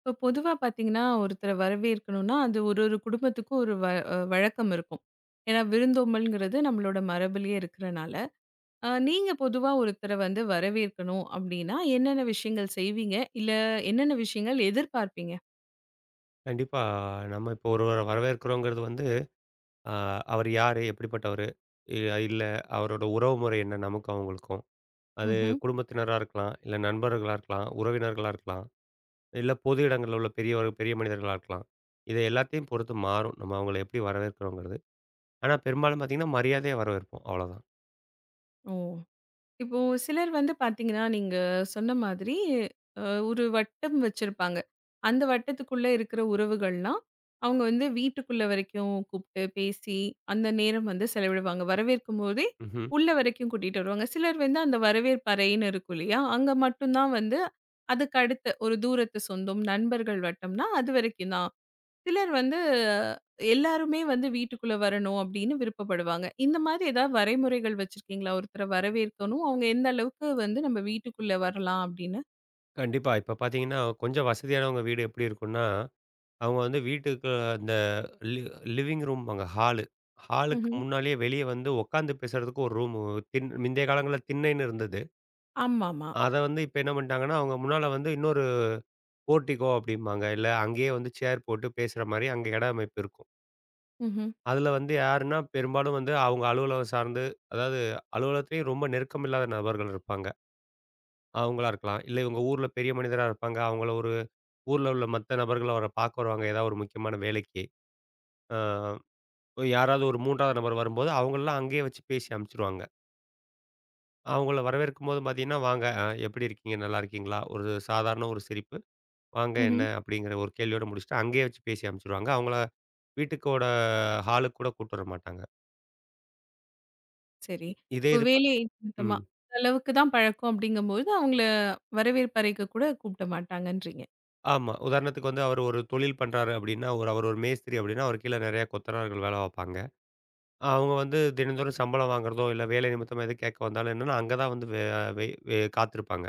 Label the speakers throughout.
Speaker 1: இப்போ பொதுவா பார்த்தீங்கன்னா, ஒருத்தர வரவேற்கணும்னா, அது ஒரு ஒரு குடும்பத்துக்கும் ஒரு வ அ வழக்கம் இருக்கும். ஏன்னா விருந்தோம்பல்ங்கிறது நம்மளோட மரபுலயே இருக்கிறனால. நீங்க பொதுவா ஒருத்தர வந்து வரவேற்கணும் அப்டின்னா, என்னென்ன விஷயங்கள் செய்வீங்க? இல்ல என்னென்ன விஷயங்கள் எதிர்பார்ப்பீங்க?
Speaker 2: கண்டிப்பா. நம்ம இப்போ ஒருவர வரவேற்கிறோங்கிறது வந்து, அ அவர் யாரு? எப்படிப்பட்டவரு? இ இல்ல அவரோட உறவு முறை என்ன? நமக்கும் அவங்களுக்கும். அது
Speaker 1: ம்ஹ்ம்.
Speaker 2: குடும்பத்தினரா இருக்கலாம், இல்ல நண்பர்களா இருக்கலாம், உறவினர்களா இருக்கலாம், இல்ல பொது இடங்கள்ல உள்ள பெரியவர் பெரிய மனிதர்களா இருக்கலாம். இத எல்லாத்தையும் பொறுத்து மாறும். நம்ம அவங்கள எப்படி வரவேற்கிறோங்கிறது. ஆனா பெரும்பாலும் பார்த்தீங்கன்னா, மரியாதையா வரவேற்போம். அவ்வளோதான்.
Speaker 1: ஓ! இப்போ சிலர் வந்து பாத்தீங்கன்னா, நீங்க சொன்ன மாதிரி அ ஒரு வட்டம் வச்சிருப்பாங்க. அந்த வட்டத்துக்குள்ள இருக்கிற உறவுகள்லாம், அவங்க வந்து வீட்டுக்குள்ள வரைக்கும் கூப்ட்டு, பேசி, அந்த நேரம் வந்து செலவிடுவாங்க. வரவேற்கும்போதே
Speaker 2: ம்ஹ்ம்.
Speaker 1: உள்ள வரைக்கும் கூட்டிட்டு வருவாங்க. சிலர் வந்து அந்த வரவேற்பு அறைன்னு இருக்கும் இல்லையா? அங்க மட்டும் தான் வந்து அதுக்கு அடுத்த ஒரு தூரத்து சொந்தம், நண்பர்கள் வட்டம்னா அது வரைக்கும் தான். சிலர் வந்து எல்லாருமே வந்து வீட்டுக்குள்ள வரணும் அப்படின்னு விருப்பப்படுவாங்க. இந்த மாதிரி ஏதாவது வரைமுறைகள் வச்சிருக்கீங்களா? ஒருத்தர வரவேற்கணும். அவங்க எந்த அளவுக்கு வந்து நம்ம வீட்டுக்குள்ள வரலாம் அப்படின்னு?
Speaker 2: கண்டிப்பா. இப்ப பார்த்தீங்கன்னா, கொஞ்சம் வசதியானவங்க வீடு எப்படி இருக்கும்னா அவங்க வந்து வீட்டுக்கு அந்த லி லிவிங் ரூம்பாங்க ஹாலு. ஹாலுக்கு
Speaker 1: ம்ஹ்ம்.
Speaker 2: முன்னாலயே வெளிய வந்து உட்காந்து பேசுறதுக்கு ஒரு ரூமு முந்தைய காலங்கள்ல திண்ணைன்னு இருந்தது.
Speaker 1: ஆமாமா.
Speaker 2: அத வந்து இப்ப என்ன பண்ணிட்டாங்கன்னா, அவங்க முன்னால வந்து இன்னொரு போர்டிகோ அப்படிம்பாங்க. இல்ல அங்கேயே வந்து சேர் போட்டு பேசுற மாரி அங்க இட அமைப்பு இருக்கும்.
Speaker 1: ம்ஹ்ம்.
Speaker 2: அதுல வந்து யாருன்னா, பெரும்பாலும் வந்து அவங்க அலுவலகம் சார்ந்து, அதாவது அலுவலகத்திலேயும் ரொம்ப நெருக்கம் இல்லாத நபர்கள் இருப்பாங்க. அவங்களா இருக்கலாம். இல்ல இவங்க ஊர்ல பெரிய மனிதரா இருப்பாங்க. அவங்கள ஒரு ஊர்ல உள்ள மத்த நபர்கள அவர பார்க்க வருவாங்க. ஏதாவது ஒரு முக்கியமான வேலைக்கு. ஆ. யாராவது ஒரு 3வது நபர் வரும்போது, அவங்களலாம் அங்கேயே வச்சு பேசி அனுப்பிச்சுருவாங்க. அவங்கள வரவேற்கும்போது பார்த்தீங்கன்னா, "வாங்க எப்படி இருக்கீங்க? நல்லா இருக்கீங்களா?" ஒரு சாதாரண ஒரு சிரிப்பு. "வாங்க என்ன?"
Speaker 1: ம்ஹ்ம்.
Speaker 2: அப்படிங்கிற ஒரு கேள்வியோட முடிச்சுட்டு, அங்கேயே வச்சு பேசி அனுப்பிச்சுருவாங்க. அவங்கள வீட்டுக்கோட ஹாலுக்கு கூட கூட்டு வர மாட்டாங்க.
Speaker 1: சரி.
Speaker 2: இ இதே
Speaker 1: இப்ப
Speaker 2: இது பாத்
Speaker 1: வேலை நிமித்தமா
Speaker 2: ம்.
Speaker 1: இந்த அளவுக்கு தான் பழக்கம் அப்படிங்கும்போது, அவங்கள வரவேற்பறைக்கு கூட கூப்பிட மாட்டாங்கன்றீங்க.
Speaker 2: ஆமா. உதாரணத்துக்கு வந்து அவர் ஒரு தொழில் பண்றாரு அப்படின்னா, ஒரு அவர் ஒரு மேஸ்திரி அப்படின்னா, அவர் கீழ நெறைய கொத்தனார்கள் வேலை பார்ப்பாங்க. அவங்க வந்து தினந்தோறும் சம்பளம் வாங்குறதோ, இல்ல வேலை நிமித்தமா எதுவும் கேட்க வந்தாலும் என்னன்னா, அங்க தான் வந்து வே வெய் வெ காத்திருப்பாங்க.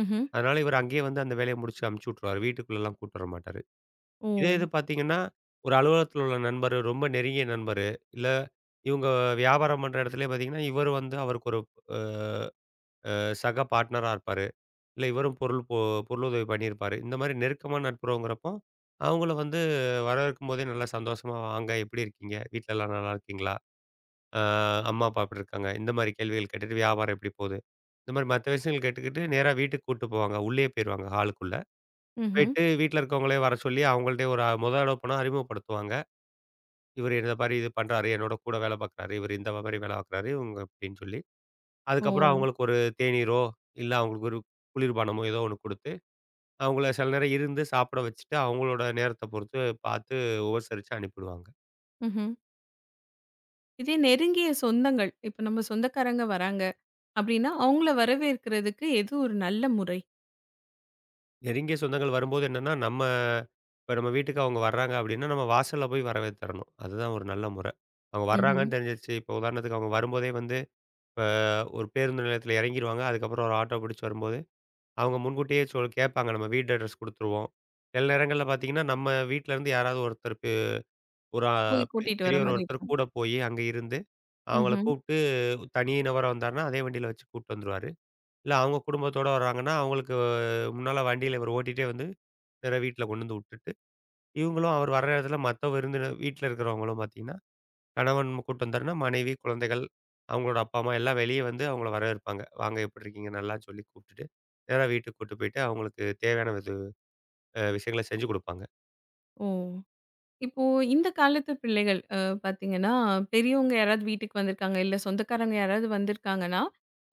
Speaker 1: ம்ஹ்ம்.
Speaker 2: அதனால இவரு அங்கேயே வந்து அந்த வேலைய முடிச்சு அமுச்சு விட்டுருவாரு. வீட்டுக்குள்ளலாம் கூட்டு வர மாட்டாரு.
Speaker 1: ஓ!
Speaker 2: இதே இது பார்த்தீங்கன்னா, ஒரு அலுவலகத்தில உள்ள நண்பரு, ரொம்ப நெருங்கிய நண்பரு, இல்ல இவுங்க வியாபாரம் பண்ற இடத்துலயே பார்த்தீங்கன்னா, இவரு வந்து அவருக்கு ஒரு அ சக பார்ட்னரா இருப்பாரு. இல்ல இவரும் பொருள் பொ பொருளுதவி பண்ணியிருப்பாரு. இந்த மாரி நெருக்கமான நட்புறவுங்கிறப்போ, அவுங்கள வந்து வரவேற்கும்போதே நல்லா சந்தோஷமா வாங்க, எப்படி இருக்கீங்க? வீட்லலாம் நல்லா இருக்கீங்களா? அ அம்மா, அப்பா எப்படி இருக்காங்க? இந்த மாரி கேள்விகள் கேட்டுட்டு வியாபாரம் எப்படி போகுது? இந்த மாரி மத்த விஷயங்கள் கேட்டுக்கிட்டு நேரா வீட்டுக்கு கூட்டு போவாங்க. உள்ளேயே போயிருவாங்க ஹாலுக்குள்ள.
Speaker 1: ம்ஹ்ம்.
Speaker 2: போயிட்டு வீட்ல இருக்கவங்களே வர சொல்லி, அவங்கள்ட்டயே ஒரு மொத தடவ போனா அறிமுகப்படுத்துவாங்க. இவரு இந்த மாரி இது பண்றாரு, என்னோட கூட வேலை பார்க்குறாரு, இவரு இந்த மாரி வேலை பார்க்குறாரு, இவங்க இப்டின்னு சொல்லி.
Speaker 1: ஓ!
Speaker 2: அதுக்கப்புறம் அவங்களுக்கு ஒரு தேநீரோ, இல்ல அவங்களுக்கு ஒரு குளிர்பானமோ ஏதோ ஒண்ணு குடுத்து, அவங்கள சில நேரம் இருந்து சாப்பிட வச்சுட்டு, அவங்களோட நேரத்த பொறுத்து பார்த்து உபசரிச்சு அனுப்பிடுவாங்க.
Speaker 1: ம்ஹ்ம். இதே நெருங்கிய சொந்தங்கள், இப்ப நம்ம சொந்தக்காரங்க வராங்க அப்படின்னா, அவங்கள வரவேற்கிறதுக்கு எது ஒரு நல்ல முறை?
Speaker 2: நெருங்கிய சொந்தங்கள் வரும்போது என்னன்னா, இப்ப நம்ம வீட்டுக்கு அவங்க வர்றாங்க அப்டின்னா, நம்ம வாசல்ல போய் வரவேத்தரணும். அதுதான் ஒரு நல்ல முறை. அவங்க
Speaker 1: ம்ஹ்ம்.
Speaker 2: வர்றாங்கன்னு தெரிஞ்சிருச்சு. இப்ப உதாரணத்துக்கு அவங்க வரும்போதே வந்து இப்ப ஒரு பேருந்து நிலையத்தில இறங்கிருவாங்க. அதுக்கப்புறம் ஒரு ஆட்டோ பிடிச்சு வரும்போது, அவங்க முன்கூட்டியே சொல் கேட்பாங்க. நம்ம வீட்டு அட்ரஸ் குடுத்துருவோம். சில நேரங்கள்ல பார்த்தீங்கன்னா, நம்ம வீட்லருந்து யாராவது ஒருத்தர் பெ ஒரு அ
Speaker 1: போய்
Speaker 2: பெ
Speaker 1: கூட்டிட்டு வர
Speaker 2: பெரியவர்
Speaker 1: மாரி
Speaker 2: ஒருத்தர்
Speaker 1: இருக்கும்.
Speaker 2: கூட போயி அங்க இருந்து, அவங்கள
Speaker 1: ம்ஹ்ம்.
Speaker 2: கூப்ட்டு தனி நபரா வந்தாருன்னா, அதே வண்டியில வச்சு கூட்டு வந்துருவாரு. இல்ல அவங்க குடும்பத்தோட வர்றாங்கன்னா, அவங்களுக்கு முன்னால வண்டியில இவர் ஓட்டிட்டே வந்து, நேரா வீட்ல கொண்டு வந்து விட்டுட்டு, இவங்களும் அவர் வர்ற நேரத்தில மத்த விருந்தினர் வீட்ல இருக்கிறவங்களும் பார்த்தீங்கன்னா கணவன் கூட்டு வந்தாருன்னா, மனைவி, குழந்தைகள், அவங்களோட அப்பா, அம்மா எல்லாம் வெளிய வந்து அவங்கள வரவேற்பாங்க. வாங்க எப்படி இருக்கீங்க? நல்லான்னு சொல்லி கூப்பிட்டுட்டு, நேரா வீட்டுக்கு கூட்டு போயிட்டு அவங்களுக்கு தேவையான விது அ விஷயங்கள செஞ்சு குடுப்பாங்க.
Speaker 1: ஓ! இப்போ இந்த காலத்து பிள்ளைகள் பார்த்தீங்கன்னா, பெரியவங்க யாராவது வீட்டுக்கு வந்திருக்காங்க, இல்ல சொந்தக்காரங்க யாராவது வந்திருக்காங்கன்னா,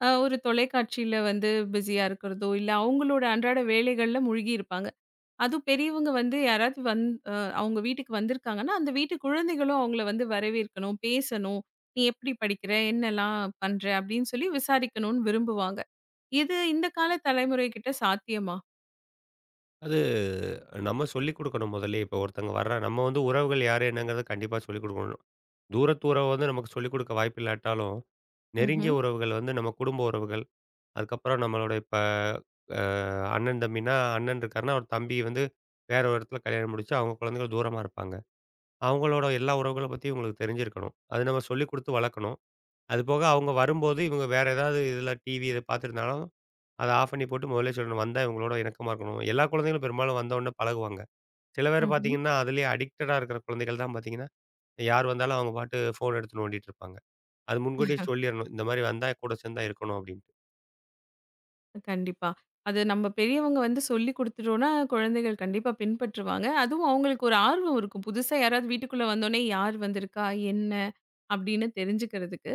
Speaker 1: ஒரு தொலைக்காட்சியில வந்து பிஸியா இருக்கிறதோ, இல்ல அவங்களோட அன்றாட வேலைகள்ல மூழ்கி இருப்பாங்க. அதுவும் பெரியவங்க வந்து யாராவது வந் அ அவங்க வீட்டுக்கு வந்திருக்காங்கன்னா, அந்த வீட்டு குழந்தைகளும் அவங்கள வந்து வரவேற்கணும், பேசணும். "நீ எப்படி படிக்கிற? என்னலாம் பண்ற?" அப்படின்னு சொல்லி விசாரிக்கணும்னு விரும்புவாங்க. இது இந்த கால தலைமுறை கிட்ட சாத்தியமா?
Speaker 2: அது நம்ம சொல்லிக் குடுக்கணும் முதல்லயே. இப்போ ஒருத்தவங்க வர்றா நம்ம வந்து உறவுகள் யாரு என்னங்கிறத கண்டிப்பா சொல்லிக் குடுக்கணும். தூரத்து உறவு வந்து நமக்கு சொல்லிக் குடுக்க வாய்ப்பில்லாட்டாலும், நெருங்கிய
Speaker 1: ம்ஹ்ம்.
Speaker 2: உறவுகள் வந்து நம்ம குடும்ப உறவுகள், அதுக்கப்புறம் நம்மளோட இப்ப அ அண்ணன், தம்பின்னா அண்ணன் இருக்காருன்னா, அவர் தம்பி வந்து வேற ஒரு இடத்துல கல்யாணம் முடிச்சு அவங்க குழந்தைகள் தூரமா இருப்பாங்க. அவங்களோட எல்லா உறவுகள பத்தியும் இவங்களுக்கு தெரிஞ்சிருக்கணும். அது நம்ம சொல்லிக் குடுத்து வளர்க்கணும். அதுபோக அவங்க வரும்போது இவங்க வேற ஏதாவது இதில டிவி இத பார்த்துருந்தாலும், அத ஆஃப் பண்ணி போட்டு முதல்லயே சொல்லணும். வந்தா இவங்களோட இணக்கமா இருக்கணும். எல்லா குழந்தைகளும் பெரும்பாலும் வந்தவுடனே பழகுவாங்க. சில பேர்
Speaker 1: ம்ஹ்ம்.
Speaker 2: பார்த்தீங்கன்னா, அதிலேயே அடிக்டடா இருக்கிற குழந்தைகள் தான் பார்த்தீங்கன்னா, யார் வந்தாலும் அவங்க பாட்டு ஃபோன் எடுத்து நோண்டிட்டு இருப்பாங்க. அது முன்கூட்டியே சொல்லிறணும். இந்த மாரி வந்தா கூட சேர்ந்தா இருக்கணும் அப்டின்ட்டு.
Speaker 1: கண்டிப்பா. அது நம்ம பெரியவங்க வந்து சொல்லிக் குடுத்துட்டோம்னா, குழந்தைகள் கண்டிப்பா பின்பற்றுவாங்க. அதுவும் அவங்களுக்கு ஒரு ஆர்வம் இருக்கும். புதுசா யாராவது வீட்டுக்குள்ள வந்தோனே, யார் வந்திருக்கா? என்ன? அப்படின்னு தெரிஞ்சுக்கிறதுக்கு.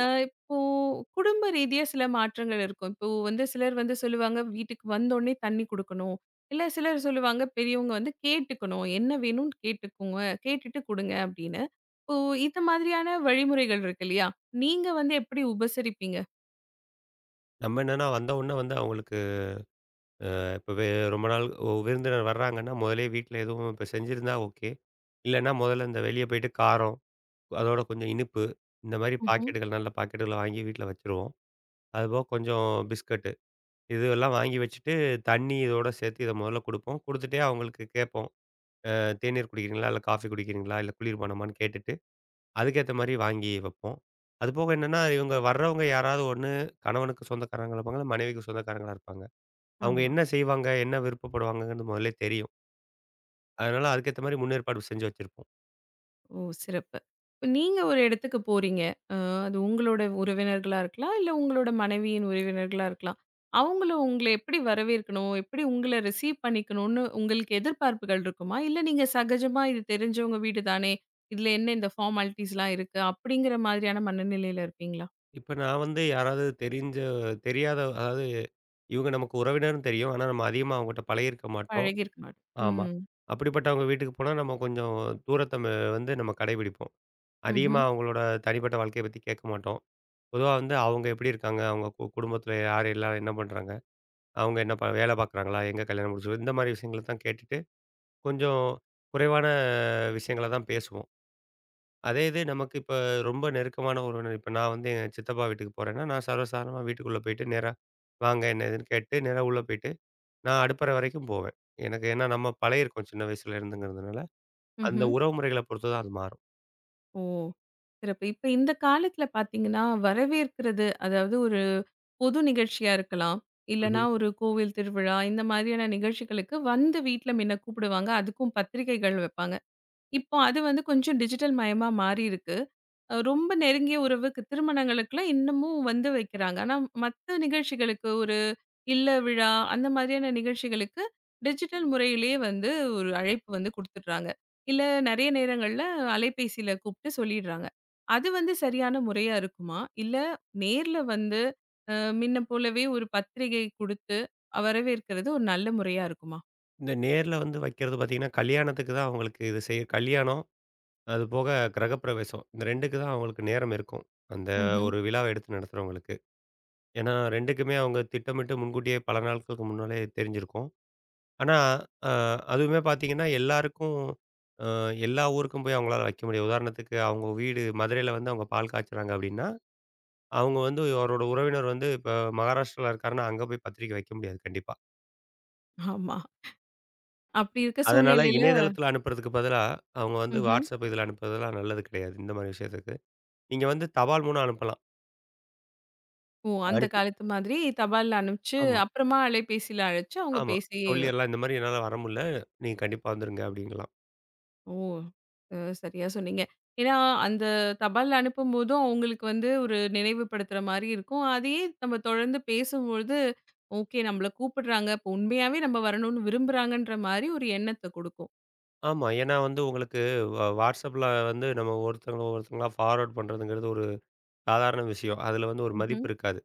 Speaker 1: இப்போ குடும்ப ரீதியா சில மாற்றங்கள் இருக்கும். இப்போ வந்து சிலர் வந்து சொல்லுவாங்க, வீட்டுக்கு வந்தோனே தண்ணி குடுக்கணும். இல்ல சிலர் சொல்லுவாங்க, பெரியவங்க வந்து கேட்டுக்கணும். என்ன வேணும்னு கேட்டுக்கோங்க. கேட்டுட்டு குடுங்க அப்படின்னு. இப்போ இந்த மாதிரியான வழிமுறைகள் இருக்கு இல்லையா? நீங்க வந்து எப்படி உபசரிப்பீங்க?
Speaker 2: நம்ம என்னன்னா வந்தவுடனே வந்து அவங்களுக்கு இப்ப ரொம்ப நாள் விருந்தினர் வர்றாங்கன்னா, முதல்லயே வீட்ல எதுவும் இப்ப செஞ்சிருந்தா ஓகே. இல்லன்னா முதல்ல இந்த வெளிய போயிட்டு காரம் அதோட கொஞ்சம் இனிப்பு. இந்த மாரி
Speaker 1: ம்ஹ்ம்.
Speaker 2: பாக்கெட்டுகள் நல்ல பாக்கெட்டுகள வாங்கி வீட்ல வச்சுருவோம். அதுபோக கொஞ்சம் பிஸ்கட்டு. இதுவெல்லாம் வாங்கி வச்சுட்டு, தண்ணி இதோட சேர்த்து இத முதல்ல குடுப்போம். குடுத்துட்டே அவங்களுக்கு கேட்போம். தேநீர் குடிக்கிறீங்களா? இல்ல காஃபி குடிக்கிறீங்களா? இல்ல குளிர்பானமான்னு கேட்டுட்டு, அதுக்கேத்த மாரி வாங்கி வைப்போம். அதுபோக என்னன்னா, இவங்க வர்றவங்க யாராவது ஒண்ணு கணவனுக்கு சொந்தக்காரங்களா இருப்பாங்க, இல்ல மனைவிக்கு சொந்தக்காரங்களா இருப்பாங்க. அவங்க
Speaker 1: ஆமா.
Speaker 2: என்ன செய்வாங்க? என்ன விருப்பப்படுவாங்கன்னு முதல்லயே தெரியும். அதனால அதுக்கேத்த மாரி முன்னேற்பாடு செஞ்சு வச்சிருப்போம்.
Speaker 1: ஓ! சிறப்பு. இப்ப நீங்க ஒரு இடத்துக்கு போறீங்க. அ அது உங்களோட உறவினர்களா இருக்கலாம், இல்ல உங்களோட மனைவியின் உறவினர்களா இருக்கலாம். அவங்களும் உங்கள எப்படி வரவேற்கணும்? எப்படி உங்கள ரிசீவ் பண்ணிக்கணும்னு உங்களுக்கு எதிர்பார்ப்புகள் இருக்குமா? இல்ல நீங்க சகஜமா இது தெரிஞ்சவங்க வீடு தானே, இதுல என்ன இந்த ஃபார்மாலிட்டீஸ்லாம் இருக்கு, அப்படிங்கிற மாதிரியான மனநிலையில இருப்பீங்களா?
Speaker 2: இப்ப நான் வந்து யாராவது தெரியாத அதாவது இவங்க நமக்கு உறவினர்ன்னு தெரியும். ஆனா, நம்ம அதிகமா அவங்கட்ட பழகியிருக்க மாட்டோம்.
Speaker 1: பழகியிருக்க ம். மாட்டோம்.
Speaker 2: ஆமா.
Speaker 1: ம்.
Speaker 2: அப்படிப்பட்டவங்க வீட்டுக்கு போனா, நம்ம கொஞ்சம் தூரத்த ம வந்து நம்ம கடைபிடிப்போம். அதிகமா
Speaker 1: ம்ஹ்ம்.
Speaker 2: அவங்களோட தனிப்பட்ட வாழ்க்கைய பத்தி கேட்க மாட்டோம். பொதுவா வந்து அவங்க எப்படி இருக்காங்க? அவங்க குடும்பத்தில யார் எல்லாம் என்ன பண்றாங்க? அவங்க என்ன ப வேலை பார்க்குறாங்களா? எங்க கல்யாணம் முடிச்சு இந்த மாரி விஷயங்கள தான் கேட்டுட்டு, கொஞ்சம் குறைவான விஷயங்கள தான் பேசுவோம். அதே இது நமக்கு இப்ப ரொம்ப நெருக்கமான உறவினர் இப்ப நான் வந்து என் சித்தப்பா வீட்டுக்கு போறேன்னா, நான் சர்வசாதாரணமா வீட்டுக்குள்ள போயிட்டு நேரா வாங்க என்ன ஏதுன்னு கேட்டு நேரா உள்ள போயிட்டு, நான் அடுப்பறை வரைக்கும் போவேன். எனக்கு ஏன்னா நம்ம பழகியிருக்கோம் சின்ன வயசுல இருந்துங்கிறதுனால, அந்த
Speaker 1: ம்ஹ்ம்.
Speaker 2: உறவு முறைகள பொறுத்து தான் அது மாறும்.
Speaker 1: ஓ! சிறப்பு. இப்ப இந்த காலத்துல பார்த்தீங்கன்னா, வரவேற்கிறது அதாவது பொது நிகழ்ச்சியா இருக்கலாம். இல்லன்னா
Speaker 2: ம்ஹ்ம்.
Speaker 1: ஒரு கோவில் திருவிழா, இந்த மாதிரியான நிகழ்ச்சிகளுக்கு வந்து வீட்ல மின்ன கூப்பிடுவாங்க. அதுக்கும் பத்திரிகைகள் வைப்பாங்க. இப்போ அது வந்து கொஞ்சம் டிஜிட்டல் மயமா மாறியிருக்கு. ரொம்ப நெருங்கிய உறவுக்கு திருமணங்களுக்குலாம் இன்னமும் வந்து வைக்கிறாங்க. ஆனா மத்த நிகழ்ச்சிகளுக்கு இல்ல விழா, அந்த மாதிரியான நிகழ்ச்சிகளுக்கு டிஜிட்டல் முறையிலேயே வந்து ஒரு அழைப்பு வந்து குடுத்துடுறாங்க. இல்ல நெறைய நேரங்கள்ல அலைபேசியில கூப்ட்டு சொல்லிடுறாங்க. அது வந்து சரியான முறையா இருக்குமா? இல்ல நேர்ல வந்து மின்ன போலவே ஒரு பத்திரிகை குடுத்து வரவேற்கிறது ஒரு நல்ல முறையா இருக்குமா?
Speaker 2: இந்த நேர்ல வந்து வைக்கிறது பார்த்தீங்கன்னா, கல்யாணத்துக்கு தான் அவங்களுக்கு இது செய்ய கல்யாணம், அது போக கிரகப்பிரவேசம். இந்த 2க்கு தான் அவங்களுக்கு நேரம் இருக்கும். அந்த
Speaker 1: ம்ஹ்ம்.
Speaker 2: ஒரு விழாவ எடுத்து நடத்துறவங்களுக்கு. ஏன்னா 2க்குமே அவங்க திட்டமிட்டு முன்கூட்டியே பல நாட்களுக்கு முன்னாலே தெரிஞ்சிருக்கும். ஆனா, அ அதுவுமே பார்த்தீங்கன்னா, எல்லாருக்கும் அ எல்லா ஊருக்கும் போய் அவங்களால வைக்க முடியாது. உதாரணத்துக்கு அவங்க வீடு மதுரையில வந்து அவங்க பால் காய்ச்சுறாங்க அப்படின்னா, அவங்க வந்து அவரோட உறவினர் வந்து இப்ப மகாராஷ்டிரால இருக்காருன்னா, அங்க போய் பத்திரிக்கை வைக்க முடியாது கண்டிப்பா.
Speaker 1: ஆமா. அப்படி இருக்க
Speaker 2: அதனால
Speaker 1: சூழ்நிலையில
Speaker 2: இணையதளத்தில அனுப்புறதுக்கு பதிலா, அவங்க வந்து
Speaker 1: ம்ஹ்ம்.
Speaker 2: WhatsApp இதில அனுப்புறதெல்லாம் நல்லது கிடையாது. இந்த மாரி விஷயத்துக்கு. நீங்க வந்து தபால் மூலம் அனுப்பலாம்.
Speaker 1: ஓ! அந்த
Speaker 2: அனுப்பி
Speaker 1: காலத்து மாதிரி தபால்ல அனுப்பிச்சு,
Speaker 2: ஆமா,
Speaker 1: அப்புறமா அலைபேசியில அழைச்சு அவங்க
Speaker 2: ஆமா.
Speaker 1: பேசி
Speaker 2: சொல்லிறலாம். இந்த மாரி என்னால வர முடியல. நீங்க கண்டிப்பா வந்துருங்க அப்படிங்கலாம்.
Speaker 1: ஓ! அ சரியா சொன்னீங்க. ஏன்னா, அந்த தபால்ல அனுப்பும்போதும் அவங்களுக்கு வந்து ஒரு நினைவுபடுத்துற மாரி இருக்கும். அதையே நம்ம தொடர்ந்து பேசும்பொழுது, ஓகே நம்மள கூப்பிடுறாங்க. அப்போ உண்மையாவே நம்ம வரணும்னு விரும்புறாங்கன்ற மாரி ஒரு எண்ணத்த குடுக்கும்.
Speaker 2: ஆமா. ஏன்னா வந்து உங்களுக்கு WhatsAppல வந்து நம்ம ஒருத்தவங்க ஒருத்தவங்களா ஃபார்வர்ட் பண்றதுங்கிறது ஒரு சாதாரண விஷயம். அதுல வந்து ஒரு
Speaker 1: ம்ஹ்ம்.
Speaker 2: மதிப்பு இருக்காது.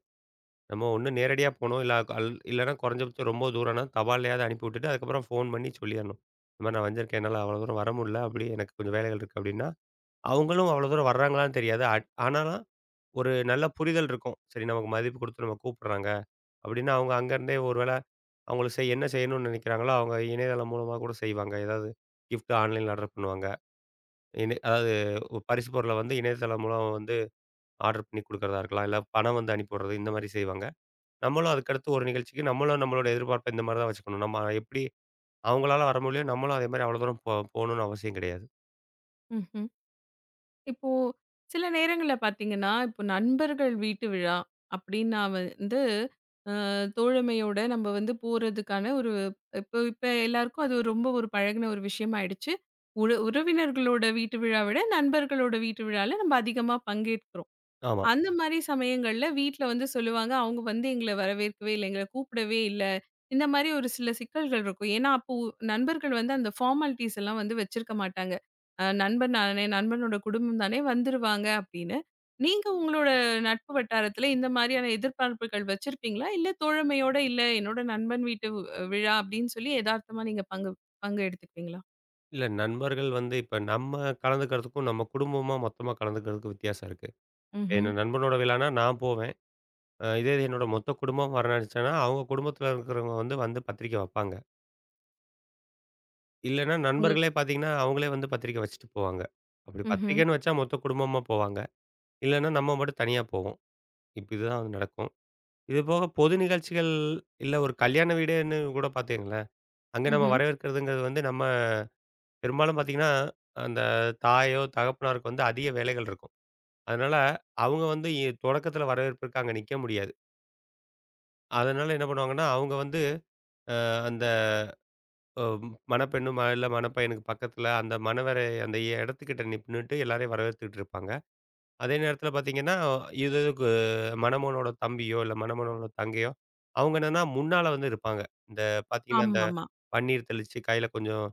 Speaker 2: நம்ம ஒண்ணு நேரடியா போணும். இல்ல இல்லன்னா குறைஞ்சபட்சம் ரொம்ப தூரம்னா தபால்லயாவது அனுப்பி விட்டுட்டு, அதுக்கப்புறம் ஃபோன் பண்ணி சொல்லிரணும். இந்த மாரி நான் வந்திருக்கேன். என்னால அவ்வளோ தூரம் வர முடியல. அப்படி எனக்கு கொஞ்சம் வேலைகள் இருக்கு அப்படின்னா, அவங்களும் அவ்வளோ தூரம் வர்றாங்களான்னு தெரியாது. ஆனாலும் ஒரு நல்ல புரிதல் இருக்கும். சரி நமக்கு மதிப்பு குடுத்து நம்ம கூப்பிடுறாங்க. அப்படின்னு அவங்க அங்கருந்தே ஒரு வேளை அவங்களுக்கு என்ன செய்யணும்னு நினைக்கிறாங்களோ, அவங்க இணையதளம் மூலமா கூட செய்வாங்க. ஏதாவது கிஃப்ட் ஆன்லைன்ல ஆர்டர் பண்ணுவாங்க. அதாவது ஒரு பரிசு பொருள வந்து இணையதளம் மூலம் வந்து ஆர்டர் பண்ணி குடுக்குறதா இருக்கலாம். இல்ல பணம் வந்து அனுப்பி விடுறது இந்த மாரி செய்வாங்க. நம்மளும் அதுக்கடுத்து ஒரு நிகழ்ச்சிக்கு நம்மளும் நம்மளோட எதிர்பார்ப்ப இந்த மாரி தான் வச்சுக்கணும். நம்ம எப்படி அவங்களால வர முடியலையோ நம்மளும் அதே மாரி அவ்வளோ தூரம் போணும்னு அவசியம் கிடையாது.
Speaker 1: ம்ஹ்ம். இப்போ சில நேரங்கள்ல பார்த்தீங்கன்னா, இப்போ நண்பர்கள் வீட்டு விழா அப்டின்னா வந்து, அ தோழமையோட நம்ம வந்து போறதுக்கான ஒரு இப்போ இப்ப எல்லாருக்கும் அது ஒரு ரொம்ப ஒரு பழகுன ஒரு விஷயம் ஆயிடுச்சு. உற உறவினர்களோட வீட்டு விழாவ விட நண்பர்களோட வீட்டு விழால நம்ம அதிகமா பங்கேற்கிறோம்.
Speaker 2: ஆமா.
Speaker 1: அந்த மாரி சமயங்கள்ல வீட்ல வந்து சொல்லுவாங்க, அவங்க வந்து எங்கள வரவேற்கவே இல்ல. எங்கள கூப்பிடவே இல்ல. இந்த மாரி ஒரு சில சிக்கல்கள் இருக்கும். ஏன்னா, அப்போ நண்பர்கள் வந்து அந்த ஃபார்மாலிட்டீஸ் எல்லாம் வந்து வச்சிருக்க மாட்டாங்க. நண்பன் தானே, நண்பனோட குடும்பம் தானே வந்துருவாங்க அப்படின்னு. நீங்க உங்களோட நட்பு வட்டாரத்துல இந்த மாரியான எதிர்பார்ப்புகள் வச்சிருப்பீங்களா? இல்ல தோழமையோட, இல்ல என்னோட நண்பன் வீட்டு விழா அப்படின்னு சொல்லி எதார்த்தமா நீங்க பங்கு பங்கு எடுத்துக்குவீங்களா?
Speaker 2: இல்ல நண்பர்கள் வந்து இப்ப நம்ம கலந்துக்கிறதுக்கும், நம்ம குடும்பமா மொத்தமா கலந்துக்கிறதுக்கும் வித்தியாசம் இருக்கு.
Speaker 1: ம்ஹ்ம்.
Speaker 2: என் நண்பனோட விழான்னா நான் போவேன். இதே இது என்னோட மொத்த குடும்பம் வர நினைச்சேன்னா, அவங்க குடும்பத்தில இருக்கிறவங்க வந்து வந்து பத்திரிக்கை வைப்பாங்க. இல்லன்னா
Speaker 1: உங்க
Speaker 2: நண்பர்களே பார்த்தீங்கன்னா, அவங்களே வந்து பத்திரிக்கை வச்சுட்டு போவாங்க. அப்படி
Speaker 1: ம்ஹ்ம்.
Speaker 2: பத்திரிக்கைன்னு வச்சா மொத்த குடும்பமா போவாங்க. இல்லன்னா நம்ம மட்டும் தனியா போவோம். இப்ப இதுதான் வந்து நடக்கும். இது போக பொது நிகழ்ச்சிகள், இல்ல ஒரு கல்யாண வீடுன்னு கூட பார்த்தீங்களேன், அங்க நம்ம
Speaker 1: ம்ஹ்ம்.
Speaker 2: வரவேற்கிறதுங்கிறது வந்து நம்ம பெரும்பாலும் பார்த்தீங்கன்னா, அந்த தாயோ, தகப்பனாருக்கு வந்து அதிக வேலைகள் இருக்கும். அதனால அவங்க வந்து தொடக்கத்தில வரவேற்புக்கு அங்க நிக்க முடியாது. அதனால என்ன பண்ணுவாங்கன்னா, அவங்க வந்து அந்த அ மணப்பெண்ணு, இல்ல மணப்பையனுக்கு பக்கத்தில அந்த மணவறை அந்த இடத்துக்கிட்ட நின்னுட்டு எல்லாரையும் வரவேத்துக்கிட்டு இருப்பாங்க. அதே நேரத்துல பாத்தீங்கன்னா, இதுக்கு மணமகனோட தம்பியோ, இல்ல மணமகனோட தங்கையோ, அவங்க என்னன்னா முன்னால வந்து இருப்பாங்க. இந்த பாத்தீங்கன்னா, இந்த
Speaker 1: ஆமாமா.
Speaker 2: பன்னீர் தெளிச்சு கையில கொஞ்சம்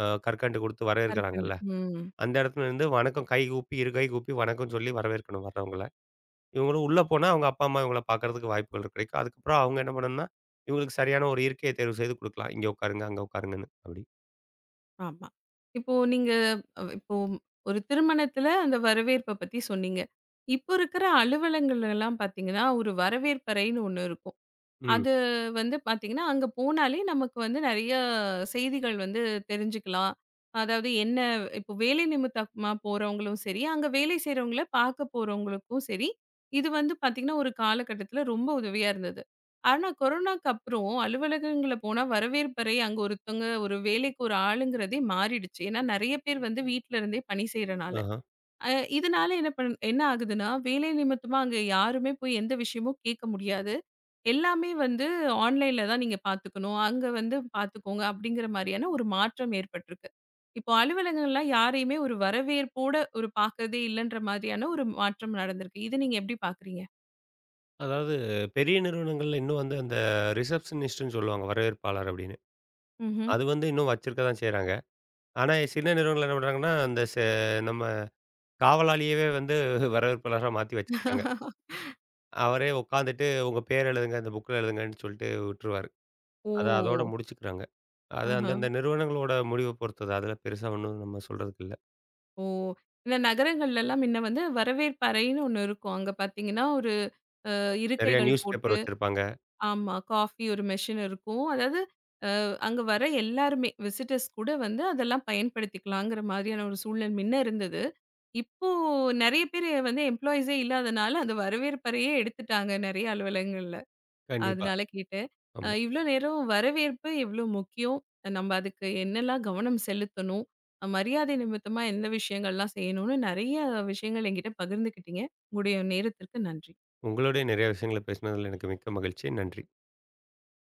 Speaker 2: கற்கண்டு குடுத்து
Speaker 1: கற்கண்டு.
Speaker 2: வரவேற்கிறாங்கல்ல.
Speaker 1: ம்.
Speaker 2: அந்த இடத்துல இருந்து வணக்கம் கை கூப்பி, இரு கை கூப்பி வணக்கம் சொல்லி வரவேற்கணும் வர்றவங்கள. இவங்களும் உள்ள போனா அவங்க அப்பா, அம்மா இவங்கள பாக்கறதுக்கு வாய்ப்புகள் கிடைக்கும். அதுக்கப்புறம் அவங்க என்ன பண்ணணும்னா, இவங்களுக்கு சரியான ஒரு இருக்கைய தேர்வு செய்து குடுக்கலாம். இங்க உட்காருங்க, அங்க உட்காருங்கன்னு அப்படி.
Speaker 1: ஆமா. இப்போ நீங்க இப்போ ஒரு திருமணத்துல அந்த வரவேற்ப பத்தி சொன்னீங்க. இப்போ இருக்கிற அலுவலங்கள்லலாம் பார்த்தீங்கன்னா, ஒரு வரவேற்பறைன்னு ஒண்ணு இருக்கும்.
Speaker 2: ம்.
Speaker 1: அது வந்து பார்த்தீங்கன்னா, அங்க போனாலே நமக்கு வந்து நெறைய செய்திகள் வந்து தெரிஞ்சுக்கலாம். அதாவது என்ன இப்போ வேலை நிமித்தமா போறவங்களும் சரி, அங்க வேலை செய்றவங்கள பார்க்க போறவங்களுக்கும் சரி, இது வந்து பார்த்தீங்கன்னா, ஒரு காலகட்டத்தில ரொம்ப உதவியா இருந்தது. ஆனா கொரோனாக்கு அப்புறம் அலுவலகங்கள்ல போனா வரவேற்பறை அங்க ஒருத்தவங்க ஒரு வேலைக்கு ஒரு ஆளுங்கிறதே மாறிடுச்சு. ஏன்னா நெறைய பேர் வந்து வீட்ல இருந்தே பணி செய்றனால.
Speaker 2: ஆஹ.
Speaker 1: அ இதனால என்ன ஆகுதுன்னா, வேலை நிமித்தமா அங்க யாருமே போய் எந்த விஷயமும் கேட்க முடியாது. எல்லாமே வந்து ஆன்லைன்ல தான் நீங்க பார்த்துக்கணும். அங்க வந்து பார்த்துக்கோங்க அப்படிங்கிற மாரியான ஒரு மாற்றம் ஏற்பட்டிருக்கு. இப்போ அலுவலகங்கள்லாம் யாரையுமே ஒரு வரவேற்போட ஒரு பார்க்கறதே இல்லன்ற மாதிரியான ஒரு மாற்றம் நடந்திருக்கு. இத நீங்க எப்படி பார்க்குறீங்க?
Speaker 2: அதாவது பெரிய நிறுவனங்கள்ல இன்னும் வந்து அந்த ரிசப்ஷனிஸ்ட்ன்னு சொல்லுவாங்க வரவேற்பாளர் அப்படின்னு.
Speaker 1: ம்ஹ்ம்.
Speaker 2: அது வந்து இன்னும் வச்சிருக்க தான் செய்றாங்க. ஆனா சின்ன நிறுவனங்கள் என்ன பண்றாங்கன்னா, அந்த செ நம்ம காவலாளியவே வந்து வரவேற்பாளரா மாத்தி வச்சிருக்காங்க. அவரே உட்காந்துட்டு உங்க பேர் எழுதுங்க, இந்த புக்ல எழுதுங்கன்னு சொல்லிட்டு விட்டுருவாரு. அத அதோட
Speaker 1: ஓ!
Speaker 2: முடிச்சுக்கிறாங்க. அது
Speaker 1: ஆஹா.
Speaker 2: அந்தந்த நிறுவனங்களோட முடிவ பொறுத்தது. அதுல பெருசா ஒண்ணும் நம்ம சொல்றதுக்கு இல்ல.
Speaker 1: ஓ! இந்த நகரங்கள்லலாம் முன்ன வந்து வரவேற்பறைன்னு ஒண்ணு இருக்கும். அங்க பார்த்தீங்கன்னா, ஒரு
Speaker 2: நெறைய
Speaker 1: இருக்கைகள்
Speaker 2: நியூஸ் பேப்பர்
Speaker 1: போட்டு
Speaker 2: வச்சிருப்பாங்க.
Speaker 1: ஆமா. காஃபி ஒரு மெஷின் இருக்கும். அதாவது அங்க வர எல்லாருமே விசிட்டர்ஸ் கூட வந்து அதெல்லாம் பயன்படுத்திக்கலாங்கிற மாதிரியான ஒரு சூழல் முன்ன இருந்தது. இப்போ நெறைய பேரு வந்து எம்ப்ளாயீஸே இல்லாதனால, அந்த வரவேற்பறையே எடுத்துட்டாங்க நெறைய அலுவலகங்கள்ல.
Speaker 2: கண்டிப்பா.
Speaker 1: அதனால கேட்டேன்.
Speaker 2: ஆமா.
Speaker 1: இவ்ளோ நேரம் வரவேற்பு எவ்ளோ முக்கியம்? நம்ம அதுக்கு என்னெல்லாம் கவனம் செலுத்தணும்? மரியாதை நிமித்தமா எந்த விஷயங்கள்லாம் செய்யணும்னு நெறைய விஷயங்கள் என்கிட்ட பகிர்ந்துக்கிட்டீங்க. உங்களுடைய நேரத்திற்கு நன்றி.
Speaker 2: உங்களோடய நெறைய விஷயங்கள பேசினதுல எனக்கு மிக்க மகிழ்ச்சி. நன்றி.